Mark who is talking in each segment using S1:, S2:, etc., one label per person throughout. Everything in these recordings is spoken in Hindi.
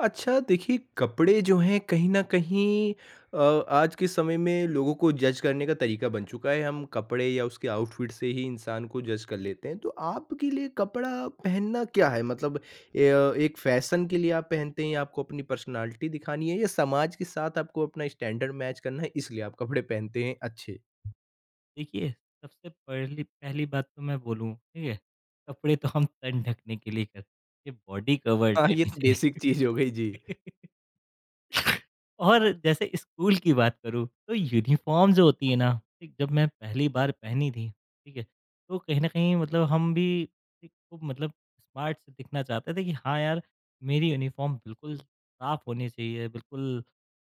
S1: अच्छा देखिए, कपड़े जो हैं कहीं न कहीं अ, आज के समय में लोगों को जज करने का तरीका बन चुका है। हम कपड़े या उसके आउटफिट से ही इंसान को जज कर लेते हैं। तो आपके लिए कपड़ा पहनना क्या है? मतलब एक फ़ैशन के लिए आप पहनते हैं या आपको अपनी पर्सनैलिटी दिखानी है या समाज के साथ आपको अपना स्टैंडर्ड मैच करना है इसलिए आप कपड़े पहनते हैं अच्छे?
S2: देखिए, सबसे पहली पहली बात तो मैं बोलूँ, ठीक है? कपड़े तो हम तन ढकने के लिए करते ये बॉडी कवर
S1: हाँ, ये
S2: लेनी
S1: तो बेसिक चीज़ हो गई।
S2: चाहिए।
S1: जी।
S2: और जैसे स्कूल की बात करूँ, तो यूनिफ़ॉर्म जो होती है ना, ठीक, जब मैं पहली बार पहनी थी, ठीक है? तो कहीं न कहीं मतलब हम भी एक खूब मतलब स्मार्ट से दिखना चाहते थे कि हाँ यार, मेरी यूनिफ़ॉर्म बिल्कुल साफ़ होनी चाहिए, बिल्कुल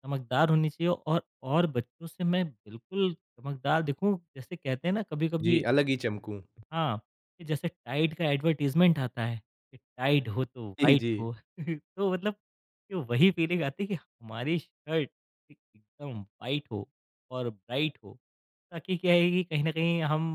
S2: चमकदार होनी चाहिए और बच्चों से मैं बिल्कुल चमकदार दिखूँ। जैसे कहते हैं ना
S1: जी,
S2: कभी-कभी
S1: अलग ही चमकूँ।
S2: हाँ, कि जैसे टाइड का एडवर्टाइज़मेंट आता है, कि टाइड हो तो
S1: जी,
S2: व्हाइट
S1: जी।
S2: हो। तो मतलब कि वही फीलिंग आती है कि हमारी शर्ट एक एकदम व्हाइट हो और ब्राइट हो, ताकि क्या है कि कहीं न कहीं हम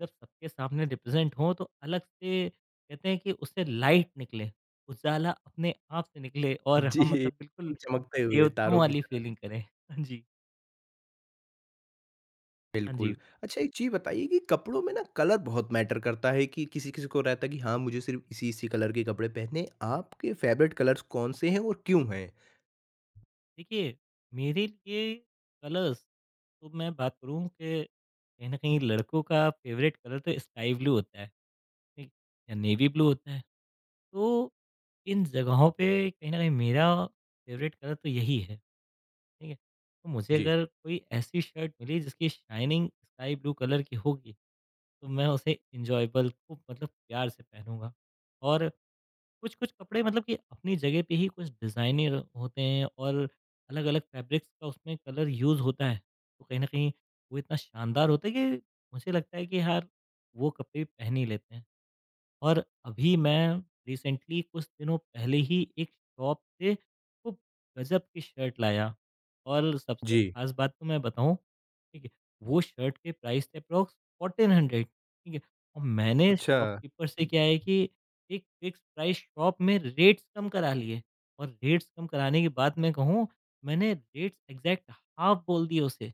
S2: जब सबके सामने रिप्रेज़ेंट हों, तो अलग से कहते हैं कि उससे लाइट निकले, उजाला अपने आप से निकले और हम
S1: जी,
S2: मतलब बिल्कुल
S1: चमकते हुए
S2: देवताओं
S1: तारों की
S2: वाली
S1: तरह।
S2: फीलिंग करें। हाँ जी, हाँ
S1: बिल्कुल।
S2: जी।
S1: अच्छा एक चीज़ बताइए कि कपड़ों में ना कलर बहुत मैटर करता है कि किसी-किसी को रहता है कि हाँ, मुझे सिर्फ़ इसी-इसी कलर के कपड़े पहनने। आपके फ़ेवरेट कलर्स कौन-से हैं और क्यों हैं?
S2: देखिए, मेरे लिए कलर्स तो मैं बात करूँ कि कहीं न कहीं लड़कों का फ़ेवरेट कलर तो स्काई ब्लू होता है, ठीक? या नेवी ब्लू होता है। तो इन जगहों पे कहीं न कहीं मेरा फ़ेवरेट कलर तो यही है, ठीक है? तो मुझे
S1: जी।
S2: अगर कोई ऐसी शर्ट मिली जिसकी शाइनिंग स्काई ब्लू कलर की होगी, तो मैं उसे एन्जॉयबल खूब मतलब प्यार से पहनूँगा और कुछ-कुछ कपड़े मतलब कि अपनी जगह पे ही कुछ डिज़ाइनर होते हैं और अलग-अलग फैब्रिक्स का उसमें कलर यूज़ होता है। तो कहीं न कहीं वो इतना शानदार होता है कि मुझे लगता है कि यार, वो कपड़े पहन ही लेते हैं। और अभी मैं रिसेंटली कुछ दिनों पहले ही एक शॉप से खूब गजब की शर्ट लाया और सबसे
S1: जी।
S2: खास बात तो मैं बताऊँ, ठीक है, वो शर्ट के प्राइस थे अप्रॉक्स 1400, ठीक है, और मैंने
S1: अच्छा।
S2: शॉपकीपर से क्या है कि एक फिक्स प्राइस शॉप में रेट्स कम करा लिए और रेट्स कम कराने के बाद मैं कहूँ, मैंने रेट्स एग्ज़ैक्ट हाफ़ बोल दिए उसे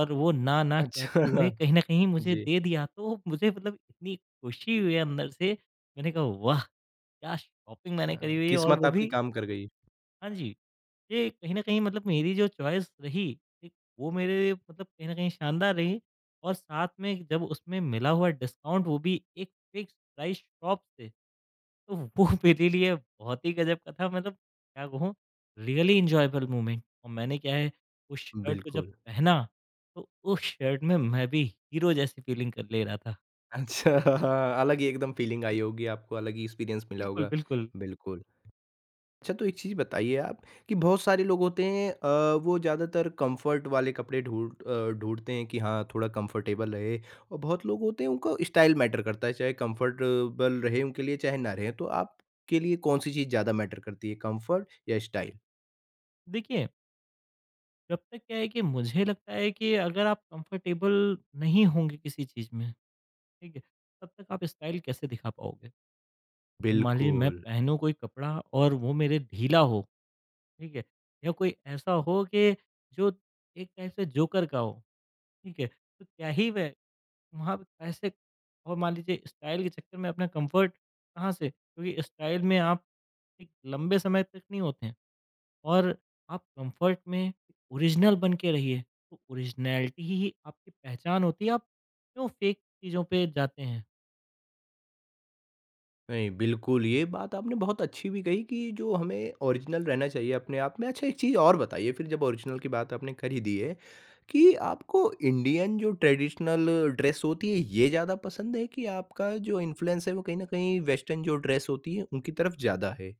S2: और वो ना, ना
S1: अच्छा।
S2: कहते हुए कहीं न कहीं मुझे
S1: जी।
S2: दे दिया। तो मुझे मतलब इतनी खुशी हुई अंदर से मैंने कहा वाह! क्या शॉपिंग मैंने करी हुई है और
S1: किस्मत
S2: वो
S1: आपकी
S2: भी
S1: काम कर गई।
S2: हाँ जी, ये कहीं न कहीं मतलब मेरी जो चॉइस रही, एक वो मेरे लिए मतलब कहीं न कहीं शानदार रही और साथ में जब उसमें मिला हुआ डिस्काउंट वो भी एक फिक्स प्राइस शॉप से, तो वो मेरे लिए बहुत ही गज़ब का था मतलब क्या कहूँ रियली एन्जॉयबल मोमेंट और मैंने क्या है उस शर्ट को जब
S1: बिल्कुल।
S2: पहना, तो उस शर्ट में मैं भी हीरो जैसी फीलिंग कर ले रहा था।
S1: अच्छा अलग ही एकदम फ़ीलिंग आई होगी आपको, अलग ही एक्सपीरियंस मिला
S2: बिल्कुल,
S1: होगा।
S2: बिल्कुल।
S1: बिल्कुल। अच्छा तो एक चीज़ बताइए आप कि बहुत सारे लोग होते हैं वो ज़्यादातर कंफर्ट वाले कपड़े ढूंढते हैं कि हाँ थोड़ा कंफर्टेबल रहे और बहुत लोग होते हैं उनका स्टाइल मैटर करता है चाहे कंफर्टेबल रहे उनके लिए चाहे ना रहे तो आपके लिए कौन सी चीज़ ज़्यादा मैटर करती है कंफर्ट या स्टाइल
S2: देखिए जब तक क्या है कि मुझे लगता है कि अगर आप कंफर्टेबल नहीं होंगे किसी चीज़ में, ठीक है? तब तक आप स्टाइल कैसे दिखा पाओगे? अब मान लीजिए मैं
S1: बिल्कुल
S2: पहनूँ कोई कपड़ा और वो मेरे ढीला हो, ठीक है? या कोई ऐसा हो कि जो एक टाइप से जोकर का हो, ठीक है? तो क्या ही वह वहाँ पे कैसे और मान लीजिए स्टाइल के चक्कर में अपना कंफर्ट कहाँ से क्योंकि स्टाइल में आप एक लंबे समय तक नहीं होते हैं। और आप कंफर्ट में ओरिजिनल बन के रहिए, तो ओरिजिनैलिटी ही आपकी पहचान होती है, आप क्यों फेक चीज़ों पे जाते हैं?
S1: नहीं, बिल्कुल, ये बात आपने बहुत अच्छी भी कही कि जो हमें ओरिजिनल रहना चाहिए अपने आप में। अच्छा, एक चीज़ और बताइए फिर जब ओरिजिनल की बात आपने कर ही दी है, कि आपको इंडियन जो ट्रेडिशनल ड्रेस होती है, ये ज़्यादा पसंद है कि आपका जो इन्फ्लुएंस है, वो कहीं न कहीं वेस्टर्न जो ड्रेस होती है, उनकी तरफ ज़्यादा है?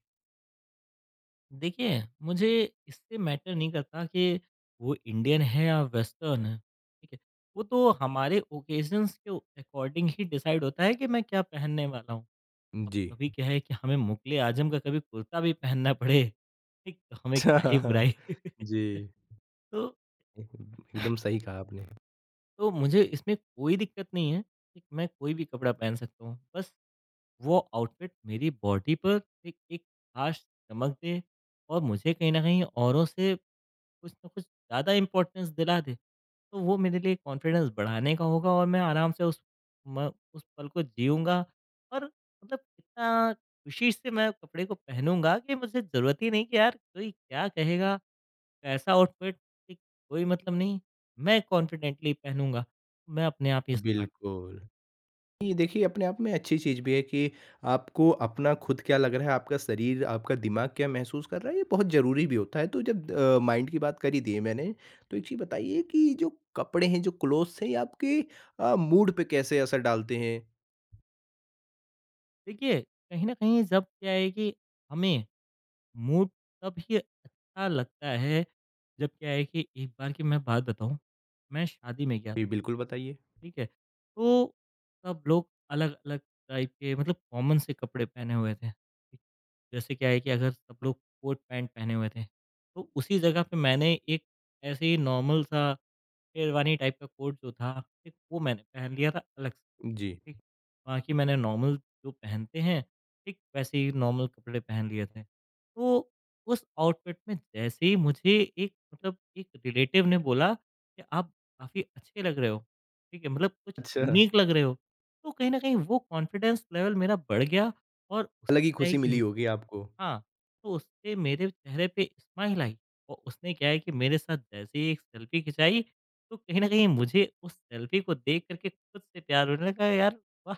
S2: देखिए, मुझे इससे मैटर नहीं करता कि वो इंडियन है या वेस्टर्न है, ठीक है? वो तो हमारे ओकेशन्स के अकॉर्डिंग ही डिसाइड होता है कि मैं क्या पहनने वाला हूँ। अब
S1: जी।
S2: कभी क्या है कि हमें मुग़ल-ए आज़म का कभी कुर्ता भी पहनना पड़े, ठीक? तो हमें क्या ही
S1: अच्छा,
S2: बुराई।
S1: जी।
S2: तो
S1: एकदम सही कहा आपने।
S2: तो मुझे इसमें कोई दिक्कत नहीं है, ठीक, मैं कोई भी कपड़ा पहन सकता हूँ। बस वो आउटफिट मेरी बॉडी पर एक एक ख़ास चमक दे और मुझे कहीं न कहीं औरों से कुछ न कुछ ज़्यादा इम्पोर्टेंस दिला दे। तो वो मेरे लिए कॉन्फिडेंस बढ़ाने का होगा और मैं आराम से उस म उस पल को जीऊँगा और मतलब इतना खुशी से मैं कपड़े को पहनूँगा कि मुझे ज़रूरत ही नहीं कि यार कोई क्या कहेगा ऐसा आउटफिट कि कोई मतलब नहीं, मैं कॉन्फिडेंटली पहनूँगा, मैं अपने आप ही स्मार्ट।
S1: बिल्कुल। ये देखिए अपने आप में अच्छी चीज़ भी है कि आपको अपना खुद क्या लग रहा है, आपका शरीर, आपका दिमाग क्या महसूस कर रहा है, ये बहुत ज़रूरी भी होता है। तो जब माइंड की बात कर ही दी है मैंने, तो एक चीज़ बताइए कि जो कपड़े हैं, जो क्लॉथ्स हैं, ये आपके मूड पे कैसे असर डालते हैं?
S2: देखिए, कहीं न कहीं जब क्या है कि हमें मूड तब ही अच्छा लगता है, जब क्या है कि एक बार की मैं बात बताऊँ, मैं शादी में गया, था,
S1: जी, बिल्कुल बताइए।
S2: ठीक है? तो सब लोग अलग-अलग टाइप के मतलब कॉमन से कपड़े पहने हुए थे। ठीक? जैसे क्या है कि अगर सब लोग कोट पैंट पहने हुए थे, तो उसी जगह पे मैंने एक ऐसे ही नॉर्मल सा शेरवानी टाइप का कोट जो था, ठीक, वो मैंने पहन लिया था अलग से,
S1: जी।
S2: ठीक। बाकी मैंने नॉर्मल जो पहनते हैं, ठीक, वैसे ही नॉर्मल कपड़े पहन लिए थे। तो उस आउटफिट में जैसे ही मुझे एक रिलेटिव ने बोला कि आप काफ़ी अच्छे लग रहे हो, ठीक है? मतलब कुछ
S1: अच्छा,
S2: यूनिक लग रहे हो। तो कहीं न कहीं वो कॉन्फिडेंस लेवल मेरा बढ़ गया और उससे
S1: अलग ही
S2: क्या है
S1: खुशी मिली
S2: कि
S1: होगी आपको।
S2: हाँ, तो उससे मेरे चेहरे पे स्माइल आई और उसने क्या है कि मेरे साथ जैसे ही एक सेल्फ़ी खिंचाई, तो कहीं न कहीं मुझे उस सेल्फ़ी को देख कर के खुद से प्यार होने लगा यार, वाह!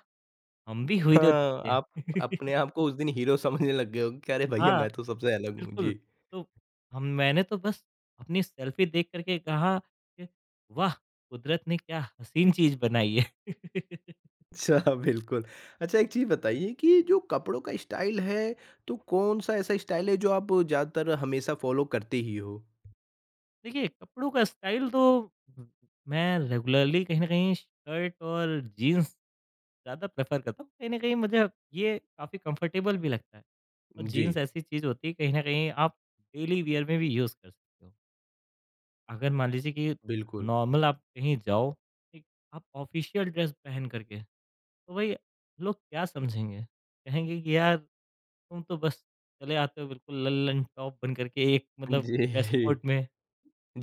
S2: हम भी हीरो
S1: हाँ,
S2: दिखते
S1: आप
S2: हैं।
S1: अपने आप को उस दिन हीरो समझने लग गए होंगे कि अरे भैया
S2: हाँ,
S1: मैं तो सबसे अलग हूँ।
S2: बिल्कुल,
S1: जी।
S2: तो हम मैंने तो बस अपनी सेल्फ़ी देख कर के कहा कि वाह! कुदरत ने क्या हसीन चीज़ बनाई है।
S1: अच्छा बिल्कुल। अच्छा एक चीज़ बताइए कि जो कपड़ों का स्टाइल है, तो कौन-सा ऐसा स्टाइल है जो आप ज़्यादातर हमेशा फ़ॉलो करते ही हो?
S2: देखिए, कपड़ों का स्टाइल तो मैं रेगुलरली कहीं न कहीं शर्ट और जीन्स ज़्यादा प्रेफ़र करता हूँ। कहीं न कहीं मुझे ये काफ़ी कंफ़र्टेबल भी लगता है और
S1: जी,
S2: जीन्स ऐसी चीज़ होती है कहीं न कहीं आप डेली वियर में भी यूज़ कर सकते हो। अगर मान लीजिए कि
S1: बिल्कुल।
S2: नॉर्मल आप कहीं जाओ, ठीक? आप ऑफ़िशियल ड्रेस पहन कर के, तो भई लोग क्या समझेंगे? कहेंगे कि यार तुम तो बस चले आते हो बिल्कुल लल्लन टॉप बन कर के एक मतलब ड्रेस
S1: जी,
S2: कोड में।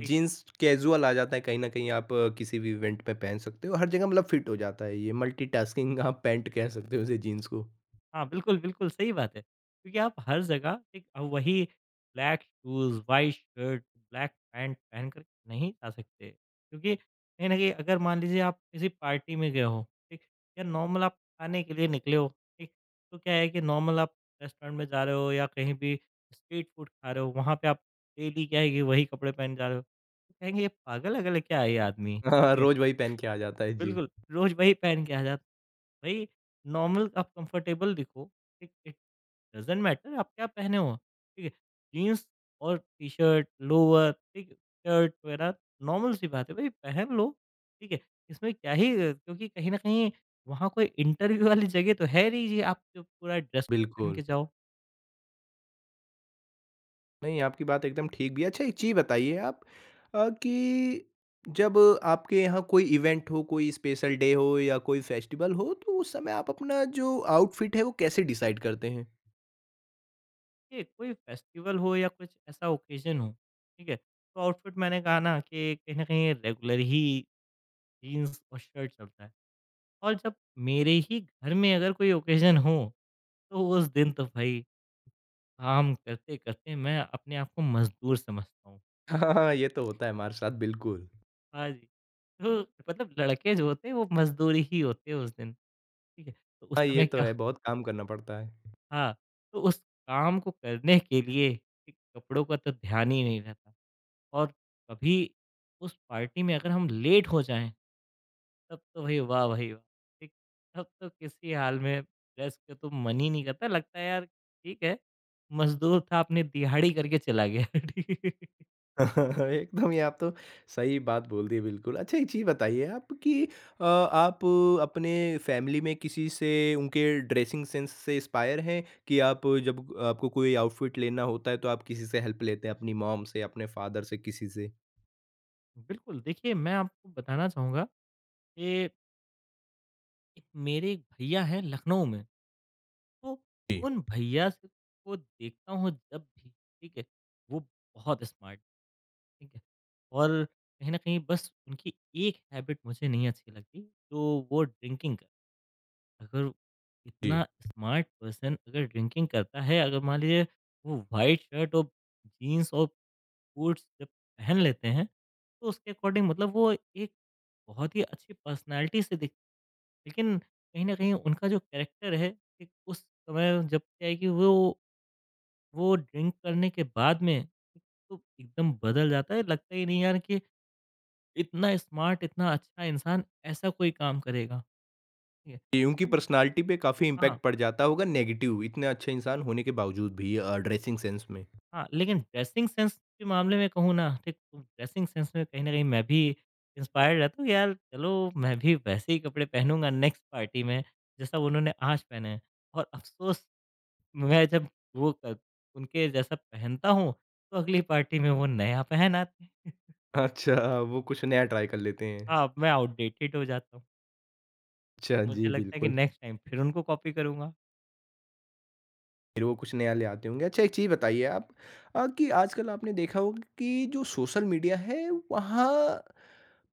S2: ठीक।
S1: कैज़ुअल आ जाता है कहीं न कहीं आप किसी भी इवेंट में पहन सकते हो, हर जगह मतलब फिट हो जाता है ये मल्टीटास्किंग आप पैंट कह सकते हो उसे जीन्स को।
S2: हाँ, बिल्कुल, बिल्कुल सही बात है। क्योंकि आप हर जगह एक वही black shoes, white shirt, black pant पहन कर नहीं जा सकते। क्योंकि कहीं न कहीं अगर मान लीजिए आप किसी पार्टी में गए हो, ठीक? या नॉर्मल आप खाने के लिए निकले हो, ठीक? तो क्या है कि नॉर्मल आप रेस्टोरेंट में जा रहे हो या कहीं भी स्ट्रीट फूड खा रहे हो, वहाँ पे आप डेली क्या है कि वही कपड़े पहन जा रहे हो। तो कहेंगे ये पागल-अगल है क्या है ये आदमी?
S1: हाँ, रोज़ वही पहन के आ जाता है। जी,
S2: बिल्कुल, रोज़ वही पहन के आ जाते भाई नॉर्मल आप कंफर्टेबल दिखो, ठीक, इट डज़न्ट मैटर आप क्या पहने हो, ठीक है? जीन्स और टी-शर्ट, लोअर, ठीक, शर्ट वगैरह नॉर्मल सी बात है भाई पहन लो, ठीक है? इसमें क्या ही क्योंकि कहीं न कहीं वहाँ कोई इंटरव्यू वाली जगह तो है नहीं जी आप जो पूरा ड्रेस कोड पहन
S1: बिल्कुल।
S2: के जाओ,
S1: नहीं, आपकी बात एकदम ठीक भी है। अच्छा एक चीज़ बताइए आप कि जब आपके यहाँ कोई इवेंट हो, कोई स्पेशल डे हो या कोई फेस्टिवल हो, तो उस समय आप अपना जो आउटफिट है, वो कैसे डिसाइड करते हैं?
S2: ठीक है? कोई फेस्टिवल हो या कुछ ऐसा ओकेज़न हो, ठीक है? तो आउटफिट मैंने कहा ना कि कहीं न कहीं रेगुलर ही जीन्स और शर्ट चलता है। और जब मेरे ही घर में अगर कोई ओकेज़न हो, तो उस दिन तो भई काम करते-करते मैं अपने आप को मज़दूर समझता हूँ।
S1: हाँ, हाँ, ये तो होता है हमारे साथ बिल्कुल।
S2: हाँ जी, तो मतलब लड़के जो होते हैं वो मज़दूर ही होते हैं उस दिन, ठीक है? तो उस
S1: हाँ, ये
S2: समय
S1: तो
S2: क्या
S1: है, बहुत काम करना पड़ता है।
S2: हाँ, तो उस काम को करने के लिए कि कपड़ों का तो ध्यान ही नहीं रहता और कभी उस पार्टी में अगर हम लेट हो जाएँ, तब तो भाई वाह भाई वाह! ठीक, तब तो किसी हाल में रेस्ट का तो मन ही नहीं करता, लगता है यार ठीक है, मज़दूर था अपनी दिहाड़ी करके चला गया। ठीक है।
S1: एकदम ये आप तो सही बात बोल दी बिल्कुल। अच्छा एक चीज़ बताइए आप कि आप अपने फैमिली में किसी से उनके ड्रेसिंग सेंस से इंस्पायर हैं कि आप जब आपको कोई आउटफिट लेना होता है तो आप किसी से हेल्प लेते हैं, अपनी मॉम से, अपने फादर से, किसी से?
S2: बिल्कुल, देखिए मैं आपको बताना चाहूँगा कि एक मेरे एक भैया हैं लखनऊ में, तो
S1: जी,
S2: उन भैया से को देखता हूँ जब भी, ठीक है, वो बहुत स्मार्ट, ठीक है, और कहीं न कहीं बस उनकी एक हैबिट मुझे नहीं अच्छी लगती, तो वो ड्रिंकिंग का अगर
S1: जी।
S2: इतना स्मार्ट पर्सन अगर ड्रिंकिंग करता है, अगर मान लीजिए वो व्हाइट शर्ट और जीन्स और बूट्स जब पहन लेते हैं, तो उसके अकॉर्डिंग मतलब वो एक बहुत ही अच्छी पर्सनैलिटी से दिख लेकिन कहीं न कहीं उनका जो कैरेक्टर है, एक उस समय जब क्या है कि वो ड्रिंक करने के बाद में एक तो एकदम बदल जाता है, लगता ही नहीं यार कि इतना स्मार्ट, इतना अच्छा इंसान ऐसा कोई काम करेगा। ठीक है?
S1: जी, उनकी
S2: तो
S1: पर्सनैलिटी पे काफ़ी इम्पैक्ट
S2: हाँ।
S1: पड़ जाता होगा नेगेटिव, इतने अच्छे इंसान होने के बावजूद भी ड्रेसिंग सेंस में।
S2: हाँ, लेकिन ड्रेसिंग सेंस के मामले में कहूँ ना, ठीक, तो ड्रेसिंग सेंस में कहीं न कहीं मैं भी इंस्पायर्ड रहता हूँ कि यार चलो, मैं भी वैसे ही कपड़े पहनूँगा नेक्स्ट पार्टी में, जैसा उन्होंने आज पहने हैं। और अफ़सोस मैं जब वो क उनके जैसा पहनता हूँ, तो अगली पार्टी में वो नया पहन आते हैं।
S1: अच्छा, वो कुछ नया ट्राई कर लेते हैं।
S2: हाँ, मैं आउटडेटेड हो जाता हूँ।
S1: अच्छा,
S2: मुझे
S1: जी
S2: लगता है कि
S1: बिल्कुल।
S2: नेक्स्ट टाइम फिर उनको कॉपी करूँगा।
S1: फिर वो कुछ नया ले आते होंगे। अच्छा एक चीज़ बताइए आप कि आजकल आपने देखा होगा कि जो सोशल मीडिया है वहाँ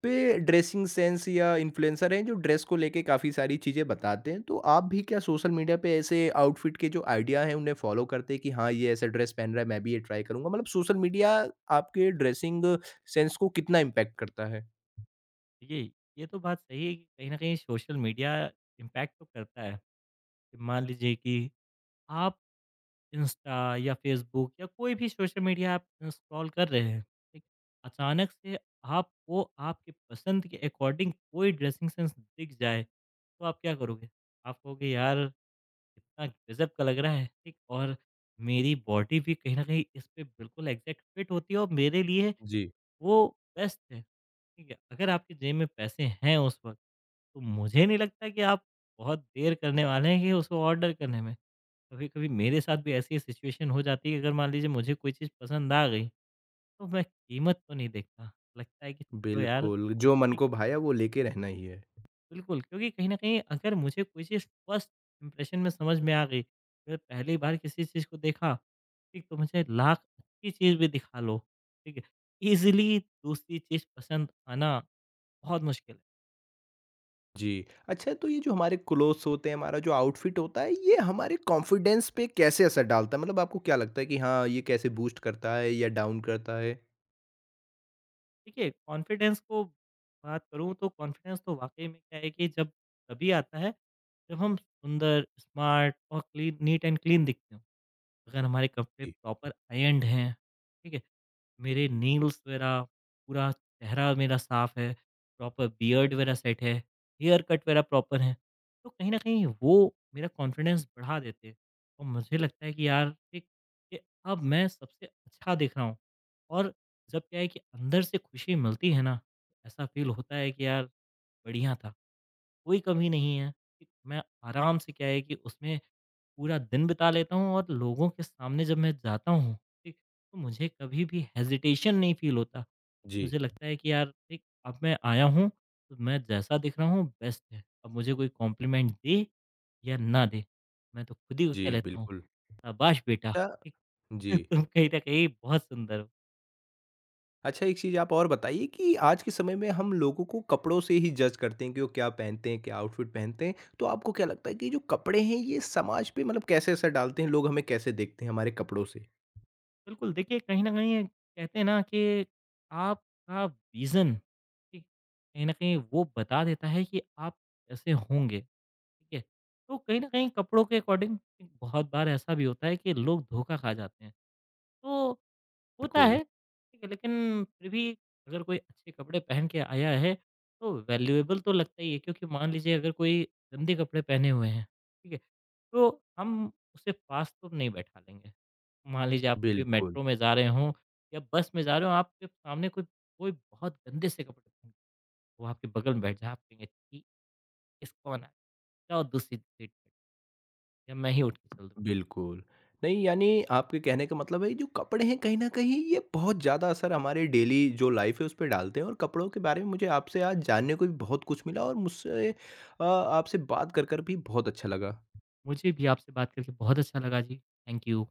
S1: पे ड्रेसिंग सेंस या इन्फ्लुएंसर हैं जो ड्रेस को लेके काफ़ी सारी चीज़ें बताते हैं। तो आप भी क्या सोशल मीडिया पे ऐसे आउटफिट के जो आइडिया हैं उन्हें फ़ॉलो करते हैं कि हाँ, ये ऐसा ड्रेस पहन रहा है मैं भी ये ट्राई करूँगा? मतलब सोशल मीडिया आपके ड्रेसिंग सेंस को कितना इम्पैक्ट करता है?
S2: ये ये तो बात सही है कि कहीं न कहीं सोशल मीडिया इम्पैक्ट तो करता है। कि मान लीजिए कि आप इंस्टा या फेसबुक या कोई भी सोशल मीडिया आप स्क्रॉल कर रहे हैं ठीक अचानक से आपको आपके पसंद के अकॉर्डिंग कोई ड्रेसिंग सेंस दिख जाए तो आप क्या करोगे आप कहोगे यार कितना गजब का लग रहा है ठीक और मेरी बॉडी भी कहीं ना कहीं इस पे बिल्कुल एग्जैक्ट फिट होती है और मेरे लिए
S1: जी।
S2: वो बेस्ट है ठीक है अगर आपके जेब में पैसे हैं उस वक्त तो मुझे नहीं लगता कि आप बहुत देर करने वाले हैं कि उसको ऑर्डर करने में कभी-कभी मेरे साथ भी ऐसी सिचुएशन हो जाती है, अगर मान लीजिए मुझे कोई चीज़ पसंद आ गई, तो मैं कीमत तो नहीं देखता। लगता है कि चलो यार
S1: बिल्कुल, जो मन
S2: ठीक
S1: को भाया वो लेके रहना ही है।
S2: बिल्कुल, क्योंकि कहीं न कहीं अगर मुझे कोई चीज़ फर्स्ट इंप्रेशन में समझ में आ गई, मैं पहली बार किसी चीज़ को देखा, ठीक तो मुझे लाख अच्छी चीज़ भी दिखा लो, ठीक है? ईज़िली दूसरी चीज़ पसंद आना बहुत मुश्किल है।
S1: जी। अच्छा तो ये जो हमारे क्लोथ्स होते हैं, हमारा जो आउटफिट होता है, ये हमारे कॉन्फिडेंस पे कैसे असर डालता है? मतलब आपको क्या लगता है कि हाँ, ये कैसे बूस्ट करता है या डाउन करता है?
S2: देखिए, कॉन्फिडेंस को बात करूँ तो कॉन्फिडेंस तो वाक़ई में क्या है कि जब तभी आता है, जब हम सुंदर, स्मार्ट और क्लीन नीट एंड क्लीन दिखते हों। अगर हमारे कपड़े
S1: जी।
S2: प्रॉपर आयर्न्ड हैं, ठीक है? मेरे नेल्स वगैरह, पूरा चेहरा मेरा साफ है, प्रॉपर बियर्ड वगैरह सेट है, हेयर कट वगैरह प्रॉपर है। तो कहीं न कहीं वो मेरा कॉन्फिडेंस बढ़ा देते हैं और मुझे लगता है कि यार ठीक कि अब मैं सबसे अच्छा दिख रहा हूँ और जब क्या है कि अंदर से खुशी मिलती है ना, ऐसा फ़ील होता है कि यार बढ़िया था, कोई कमी नहीं है। ठीक, मैं आराम से क्या है कि उसमें पूरा दिन बिता लेता हूँ और लोगों के सामने जब मैं जाता हूँ, ठीक, तो मुझे कभी भी हेज़िटेशन नहीं फ़ील होता।
S1: जी,
S2: मुझे लगता है कि यार ठीक अब मैं आया हूँ, तो मैं जैसा दिख रहा हूँ बेस्ट है। अब मुझे कोई कॉम्प्लीमेंट दे या ना दे, मैं तो खुद ही को
S1: जी,
S2: कह लेता हूँ,
S1: बिल्कुल।
S2: शाबाश बेटा,
S1: अच्छा
S2: ठीक,
S1: जी।
S2: तुम कहीं न कहीं बहुत सुंदर हो।
S1: अच्छा एक चीज़ आप और बताइए कि आज के समय में हम लोगों को कपड़ों से ही जज करते हैं कि वो क्या पहनते हैं, क्या आउटफिट पहनते हैं। तो आपको क्या लगता है कि जो कपड़े हैं, ये समाज पे मतलब कैसे असर डालते हैं? लोग हमें कैसे देखते हैं हमारे कपड़ों से?
S2: बिल्कुल, देखिए कहीं न कहीं कहते हैं ना कि आपका विज़न, ठीक, कहीं न कहीं वो बता देता है कि आप कैसे होंगे। ठीक है? तो कहीं न कहीं कपड़ों के अकॉर्डिंग बहुत बार ऐसा भी होता है कि लोग धोखा खा जाते हैं। तो होता
S1: बिल्कुल,
S2: है, ठीक है, लेकिन फिर भी अगर कोई अच्छे कपड़े पहन के आया है, तो वैल्यूएबल तो लगता ही है क्योंकि मान लीजिए अगर कोई गंदे कपड़े पहने हुए हैं, ठीक है? तो हम उसे पास तो नहीं बैठा लेंगे। मान लीजिए आप कभी
S1: बिल्कुल।
S2: मेट्रो में जा रहे हों या बस में जा रहे हो, आपके सामने कोई कोई बहुत गंदे से कपड़े पहन के वो आपके बगल में बैठ जाए, आप कहेंगे, "छी! इसको ना जाओ दूसरी सीट पे।" या मैं ही उठ के चल दूँ।
S1: बिल्कुल। नहीं, यानी आपके कहने का मतलब है जो कपड़े हैं कहीं न कहीं ये बहुत ज़्यादा असर हमारे डेली जो लाइफ़ है उस पे डालते हैं और कपड़ों के बारे में मुझे आपसे आज जानने को भी बहुत कुछ मिला और आपसे बात कर भी बहुत अच्छा लगा।
S2: मुझे भी आपसे बात करके बहुत अच्छा लगा जी। Thank you.